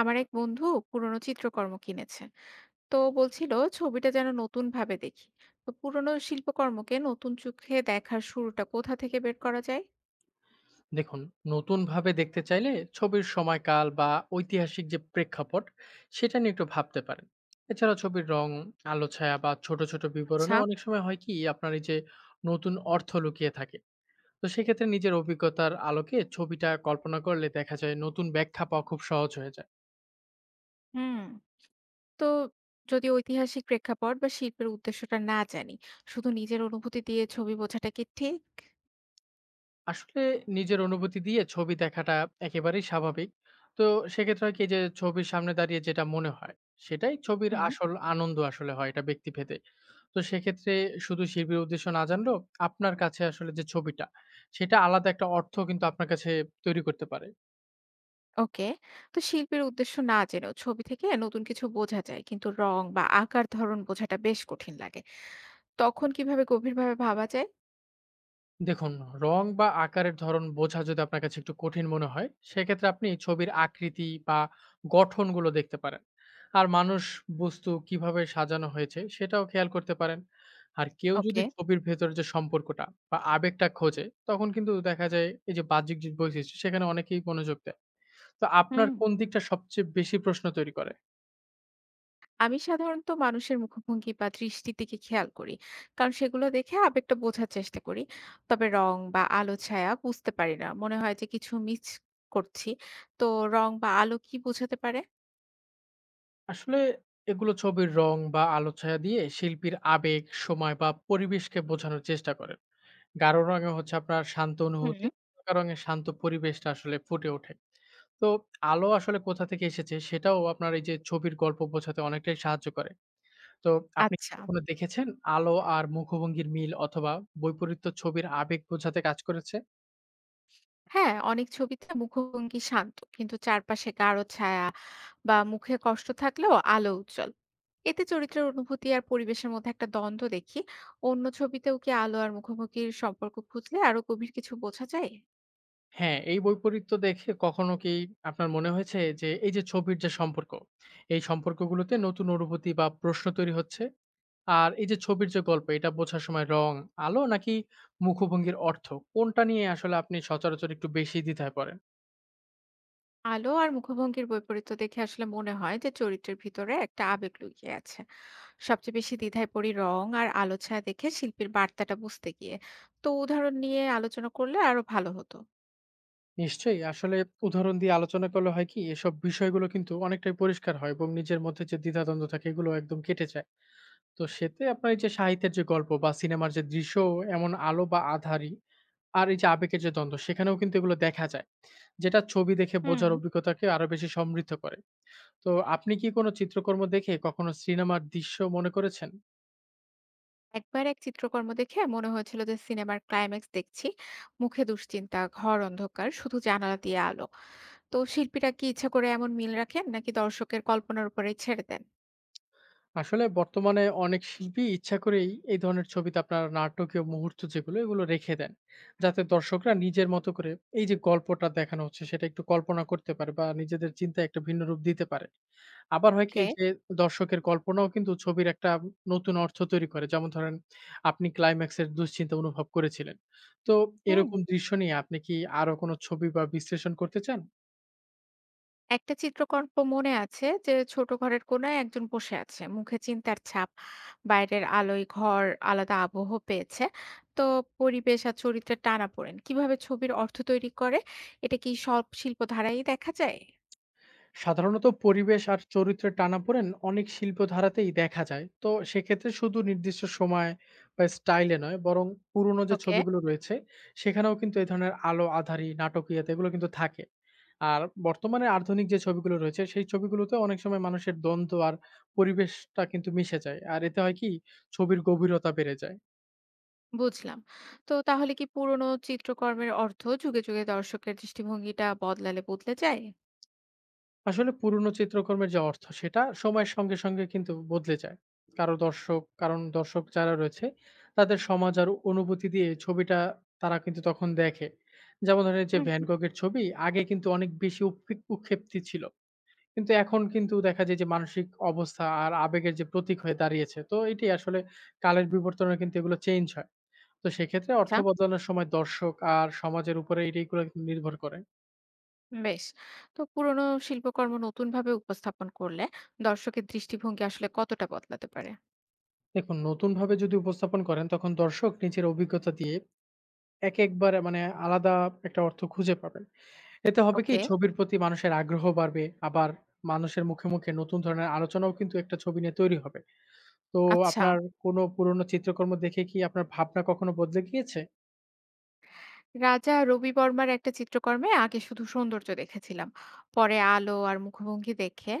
আমার এক বন্ধু পুরনো চিত্রকর্ম কিনেছে, তো বলছিল ছবিটা যেন নতুন ভাবে দেখি। তো পুরনো শিল্পকর্মকে নতুন চোখে দেখার শুরুটা কোথা থেকে বের করা যায়? দেখুন, নতুনভাবে দেখতে চাইলে ছবির সময়কাল বা ঐতিহাসিক যে প্রেক্ষাপট, সেটা নিয়ে একটু ভাবতে পারেন। এছাড়া ছবির রং, আলো ছায়া বা ছোট ছোট আচ্ছা। বিবরণে অনেক সময় হয় কি আপনার এই যে নতুন অর্থ লুকিয়ে থাকে। তো সেক্ষেত্রে নিজের অভিজ্ঞতার আলোকে ছবিটা কল্পনা করলে দেখা যায় নতুন ব্যাখ্যা পাওয়া খুব সহজ হয়ে যায়। হুম। তো যদি ঐতিহাসিক প্রেক্ষাপট বা শিল্পের উদ্দেশ্যটা না জানি, শুধু নিজের অনুভূতি দিয়ে ছবি বোঝাটা কি ঠিক? আসলে নিজের অনুভূতি দিয়ে ছবি দেখাটা একেবারেই স্বাভাবিক। তো সেক্ষেত্রে হয় কি যে ছবির সামনে দাঁড়িয়ে যেটা মনে হয় সেটাই ছবির হুম। আসল আনন্দ, আসলে হয় এটা ব্যক্তিভেদে। তো সেক্ষেত্রে শুধু শিল্পীর উদ্দেশ্য না জানলেও আপনার কাছে আসলে যে ছবিটা, সেটা আলাদা একটা অর্থ কিন্তু আপনার কাছে তৈরি করতে পারে। ওকে। তো শিল্পের উদ্দেশ্য না জেনেও ছবি থেকে নতুন কিছু বোঝা যায়, কিন্তু রং বা আকার ধরন বোঝাটা বেশ কঠিন লাগে। তখন কিভাবে গভীরভাবে ভাবা যায়? দেখুন, রং বা আকারের ধরন বোঝা যদি আপনার কাছে একটু কঠিন মনে হয়, সেক্ষেত্রে আপনি ছবির আকৃতি বা গঠনগুলো দেখতে পারেন। আর মানুষ, বস্তু কিভাবে সাজানো হয়েছে সেটাও খেয়াল করতে পারেন। আর কেউ যদি ওকে। ছবির ভেতরে যে সম্পর্কটা বা আবেগটা খোঁজে, তখন কিন্তু দেখা যায় এই যে বাহ্যিক যে বৈশিষ্ট্য, সেখানে অনেকেই মনোযোগ দেয়। তো আপনার হুম। কোন দিকটা সবচেয়ে বেশি প্রশ্ন তৈরি করে? আমি সাধারণত মানুষের মুখভঙ্গি বা দৃষ্টির দিকে খেয়াল করি, কারণ সেগুলো দেখে আবেগটা বোঝার চেষ্টা করি। তবে রং বা আলো ছায়া বুঝতে পারি না, মনে হয় যে কিছু মিস করছি। তো রং বা আলো কি বোঝাতে পারে? আসলে এগুলো ছবির রং বা আলো ছায়া দিয়ে শিল্পীর আবেগ, সময় বা পরিবেশকে বোঝানোর চেষ্টা করেন। গাঢ় রঙে হচ্ছে আপনার শান্ত হুম। অনুভূতি, হালকা রঙে শান্ত পরিবেশটা আসলে ফুটে ওঠে। তো আলো আসলে কোথা থেকে এসেছে সেটাও আপনার এই যে ছবির গল্প বোঝাতে অনেকটাই সাহায্য করে। তো আপনি কি আচ্ছা। কখনো দেখেছেন আলো আর মুখভঙ্গির মিল অথবা বৈপরীত্য ছবির আবেগ বোঝাতে কাজ করেছে? হ্যাঁ, অনেক ছবিতে মুখভঙ্গি শান্ত কিন্তু চারপাশে গাঢ় ছায়া, বা মুখে কষ্ট থাকলেও আলো উজ্জ্বল। এতে চরিত্রের অনুভূতি আর পরিবেশের মধ্যে একটা দ্বন্দ্ব দেখি। অন্য ছবিতেও কি আলো আর মুখোমুখির সম্পর্ক খুঁজলে আরো গভীর কিছু বোঝা যায়? হ্যাঁ, এই বৈপরীত্য দেখে কখনো কি আপনার মনে হয়েছে যে এই যে ছবির যে সম্পর্ক, এই সম্পর্কগুলোতে নতুন অনুভূতি বা প্রশ্ন তৈরি হচ্ছে? আর এই যে ছবির যে গল্প এটা বোঝার সময় রং, আলো নাকি মুখভঙ্গির অর্থ, কোনটা নিয়ে আসলে আপনি সচরাচর একটু বেশি দ্বিধায় পড়েন? আলো আর মুখভঙ্গির বৈপরীত্য দেখে আসলে মনে হয় যে চরিত্রের ভিতরে একটা আবেগ লুকিয়ে আছে। সবচেয়ে বেশি দ্বিধায় পড়ি রং আর আলো ছায়া দেখে শিল্পীর বার্তাটা বুঝতে গিয়ে। তো উদাহরণ নিয়ে আলোচনা করলে আরো ভালো হতো। নিশ্চয়ই। আসলে উদাহরণ দিয়ে আলোচনা করলে হয় কি এসব বিষয়গুলো কিন্তু অনেকটাই পরিষ্কার হয় এবং নিজের মধ্যে যে দ্বিধাদ্বন্দ্ব থাকে এগুলো একদম কেটে যায়। তো সেতে আপনার এই যে সাহিত্যের যে গল্প বা সিনেমার যে দৃশ্য, এমন আলো বা আঁধারি আর এই যে আবেগের যে দ্বন্দ্ব সেখানেও কিন্তু এগুলো দেখা যায়। যেটা ছবি দেখে হুম। বোঝার অভিজ্ঞতাকে আরো বেশি সমৃদ্ধ করে। তো আপনি কি কোনো চিত্রকর্ম দেখে কখনো সিনেমার দৃশ্য মনে করেছেন? একবার এক চিত্রকর্ম দেখে মনে হয়েছিল যে সিনেমার ক্লাইম্যাক্স দেখছি, মুখে দুশ্চিন্তা, ঘর অন্ধকার, শুধু জানালা দিয়ে আলো। তো শিল্পীরা কি ইচ্ছা করে এমন মিল রাখেন নাকি দর্শকের কল্পনার উপরে ছেড়ে দেন? আসলে বর্তমানে অনেক শিল্পী ইচ্ছা করেই এই ধরনের ছবিতে আপনার নাটকীয় মুহূর্ত যেগুলো এগুলো রেখে দেন। যাতে দর্শকরা নিজের মতো করে এই যে গল্পটা দেখানো হচ্ছে সেটা একটু কল্পনা করতে পারে বা নিজেদের চিন্তায় একটা ভিন্ন রূপ দিতে পারে। আবার হয় কি ওকে। এই যে দর্শকের কল্পনাও কিন্তু ছবির একটা নতুন অর্থ তৈরি করে। যেমন ধরেন আপনি ক্লাইম্যাক্স এর দুশ্চিন্তা অনুভব করেছিলেন। তো হুম। এরকম দৃশ্য নিয়ে আপনি কি আরো কোনো ছবি বা বিশ্লেষণ করতে চান? একটা চিত্রকল্প মনে আছে, যে ছোট ঘরের কোনায় একজন বসে আছে, মুখে চিন্তার ছাপ, বাইরের আলোয় ঘর আলাদা আবহ পেয়েছে। তো পরিবেশ আর চরিত্রের টানাপোড়েন কিভাবে ছবির অর্থ তৈরি করে? এটা কি সব শিল্প ধারাই দেখা যায়? সাধারণত পরিবেশ আর চরিত্রের টানাপোড়েন অনেক শিল্প ধারাতেই দেখা যায়। তো সেক্ষেত্রে শুধু নির্দিষ্ট সময় বা স্টাইলে নয়, বরং পুরনো যে ওকে। ছবিগুলো রয়েছে সেখানেও কিন্তু এই ধরনের আলো আধারি নাটকীয়তা এগুলো কিন্তু থাকে। আর বর্তমানে আধুনিক যে ছবিগুলো রয়েছে সেই ছবিগুলোতে অনেক সময় মানুষের দ্বন্দ্ব আর পরিবেশটা কিন্তু মিশে যায়, আর এতে হয় কি ছবির গভীরতা বেড়ে যায়। বুঝলাম। তো তাহলে কি পুরনো চিত্রকর্মের অর্থ যুগে যুগে দর্শকের দৃষ্টিভঙ্গিটা বদলালে বদলে যায়? আসলে পুরনো চিত্রকর্মের যে অর্থ সেটা সময়ের সঙ্গে সঙ্গে কিন্তু বদলে যায়। কারো দর্শক, কারণ দর্শক যারা রয়েছে তাদের সমাজ আর অনুভূতি দিয়ে ছবিটা তারা কিন্তু তখন দেখে। যেমন ধরেন যে হুম। ভ্যান গগের ছবি আগে কিন্তু অনেক বেশি উৎক্ষেপ্তি ছিল, কিন্তু এখন কিন্তু দেখা যায় যে মানসিক অবস্থা আর আবেগের যে প্রতীক হয়ে দাঁড়িয়েছে। তো এটি আসলে কালের বিবর্তনে কিন্তু এগুলো চেঞ্জ হয়। তো সেক্ষেত্রে অর্থ আচ্ছা। বদলানোর সময় দর্শক আর সমাজের উপরে এটিগুলো কিন্তু নির্ভর করে। বেশ। তো পুরনো শিল্পকর্ম নতুন ভাবে উপস্থাপন করলে দর্শকের দৃষ্টিভঙ্গি আসলে কতটা বদলাতে পারে? দেখুন, নতুনভাবে যদি উপস্থাপন করেন তখন দর্শক নিজের অভিজ্ঞতা দিয়ে এক একবার মানে আলাদা একটা অর্থ খুঁজে পাবেন। এতে হবে কি ওকে। ছবির প্রতি মানুষের আগ্রহ বাড়বে, আবার মানুষের মুখে মুখে নতুন ধরনের আলোচনাও কিন্তু একটা ছবি নিয়ে তৈরি হবে। তো আচ্ছা। আপনার কোনো পুরনো চিত্রকর্ম দেখে কি আপনার ভাবনা কখনো বদলে গিয়েছে? রাজা রবি বর্মার একটা চিত্রকর্মে আগে শুধু সৌন্দর্য দেখেছিলাম, পরে আলো আর মুখভঙ্গি দেখে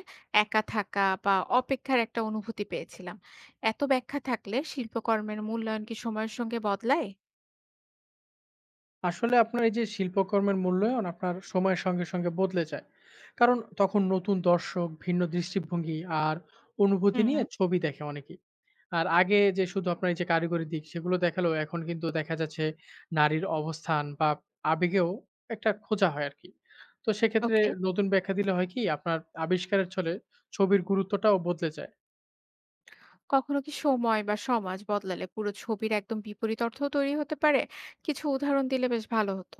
একা থাকা বা অপেক্ষার একটা অনুভূতি পেয়েছিলাম। এত ব্যাখ্যা থাকলে শিল্পকর্মের মূল্যায়ন কি সময়ের সঙ্গে বদলায়? আসলে আপনার এই যে শিল্পকর্মের মূল্যায়ন আপনার সময়ের সঙ্গে সঙ্গে বদলে যায়। কারণ তখন নতুন দর্শক, ভিন্ন দৃষ্টিভঙ্গি আর অনুভূতি হুম নিয়ে হুম। ছবি দেখে অনেকেই। আর আগে যে শুধু আপনার এই যে কারিগরি দিক সেগুলো দেখালেও এখন কিন্তু দেখা যাচ্ছে নারীর অবস্থান বা আবেগেও একটা খোঁজা হয় আরকি। তো সেক্ষেত্রে ওকে। নতুন ব্যাখ্যা দিলে হয় কি আপনার আবিষ্কারের ছলে ছবির গুরুত্বটাও বদলে যায়। কখনো কি সময় বা সমাজ বদলালে পুরো ছবির একদম বিপরীত অর্থ তৈরি হতে পারে? কিছু উদাহরণ দিলে বেশ ভালো হতো।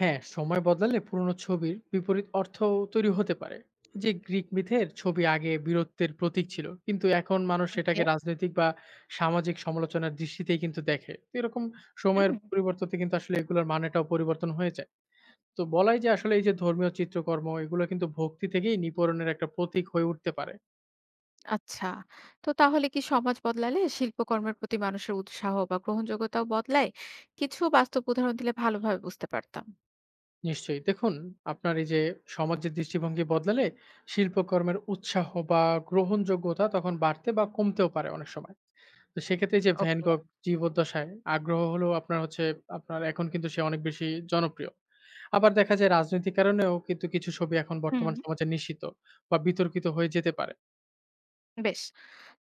হ্যাঁ, সময় বদলালে পুরনো ছবির বিপরীত অর্থও তৈরি হতে পারে। যে গ্রিক মিথের ছবি আগে বীরত্বের প্রতীক ছিল, কিন্তু এখন মানুষ ওকে। সেটাকে রাজনৈতিক বা সামাজিক সমালোচনার দৃষ্টিতেই কিন্তু দেখে। তো এরকম হুম। সময়ের পরিবর্ততে কিন্তু আসলে এগুলোর মানেটাও পরিবর্তন হয়ে যায়। তো বলাই যে আসলে এই যে ধর্মীয় চিত্রকর্ম এগুলো কিন্তু ভক্তি থেকেই নিপরণের একটা প্রতীক হয়ে উঠতে পারে। আচ্ছা। তো তাহলে কি সমাজ বদলালে শিল্পকর্মের প্রতি মানুষের উৎসাহ বা গ্রহণযোগ্যতাও বদলায়? কিছু বাস্তব উদাহরণ দিলে ভালোভাবে বুঝতে পারতাম। নিশ্চয়ই। দেখুন, আপনার এই যে সমাজের দৃষ্টিভঙ্গি বদলালে শিল্পকর্মের উৎসাহ বা গ্রহণযোগ্যতা তখন বাড়তে বা কমতেও পারে অনেক সময়। তো সেক্ষেত্রে এই যে ভ্যান ওকে। গগ জীবদ্দশায় আগ্রহ হলো আপনার হচ্ছে আপনার, এখন কিন্তু সে অনেক বেশি জনপ্রিয়। আবার দেখা যায় রাজনৈতিক কারণেও কিন্তু কিছু ছবি এখন হুম। বর্তমান সমাজে নিষিদ্ধ বা বিতর্কিত হয়ে যেতে পারে। বেশ।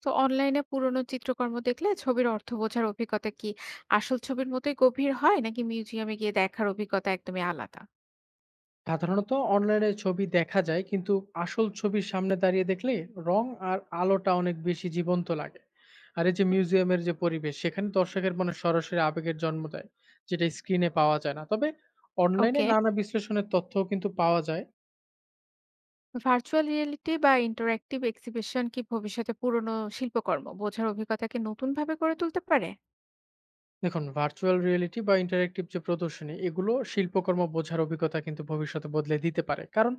তো অনলাইনে পুরনো চিত্রকর্ম দেখলে ছবির অর্থ বোঝার অভিজ্ঞতা কি আসল ছবির মতোই গভীর হয়, নাকি মিউজিয়ামে গিয়ে দেখার অভিজ্ঞতা একদমই আলাদা? সাধারণত অনলাইনে ছবি দেখা যায় কিন্তু আসল ছবির সামনে দাঁড়িয়ে দেখলে রং আর আলোটা অনেক বেশি জীবন্ত লাগে। আর এই যে হুম। মিউজিয়ামের যে পরিবেশ সেখানে দর্শকের মনে সরাসরি আবেগের জন্ম দেয়, যেটা স্ক্রিনে পাওয়া যায় না। তবে অনলাইনে ওকে। নানা বিশ্লেষণের তথ্যও কিন্তু পাওয়া যায়। ভার্চুয়াল রিয়েলিটি বা ইন্টারঅ্যাক্টিভ এক্সিবিশন কি ভবিষ্যতে পুরনো শিল্পকর্ম বোঝার অভিজ্ঞতাকে নতুনভাবে গড়ে তুলতে পারে? দেখুন, ভার্চুয়াল রিয়েলিটি বা ইন্টারেক্টিভ যে প্রদর্শনী এগুলো শিল্পকর্ম বোঝার অভিজ্ঞতা কিন্তু ভবিষ্যতে বদলে দিতে পারে, কারণ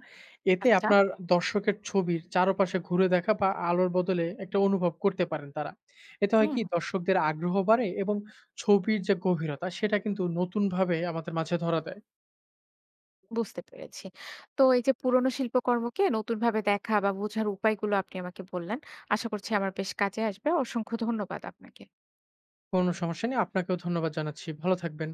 এতে আচ্ছা। আপনার দর্শকের ছবির চারপাশে ঘুরে দেখা বা আলোর বদলে একটা অনুভব করতে পারেন তারা। এতে হয় হুম। কি দর্শকদের আগ্রহ বাড়ে এবং ছবির যে গভীরতা সেটা কিন্তু নতুনভাবে আমাদের মাঝে ধরা দেয়। বুঝতে পেরেছি। তো এই যে পুরোনো শিল্পকর্মকে নতুনভাবে দেখা বা বোঝার উপায়গুলো আপনি আমাকে বললেন। আশা করছি আমার বেশ কাজে আসবে। অসংখ্য ধন্যবাদ আপনাকে। কোনো সমস্যা নেই, আপনাকেও ধন্যবাদ জানাচ্ছি, ভালো থাকবেন।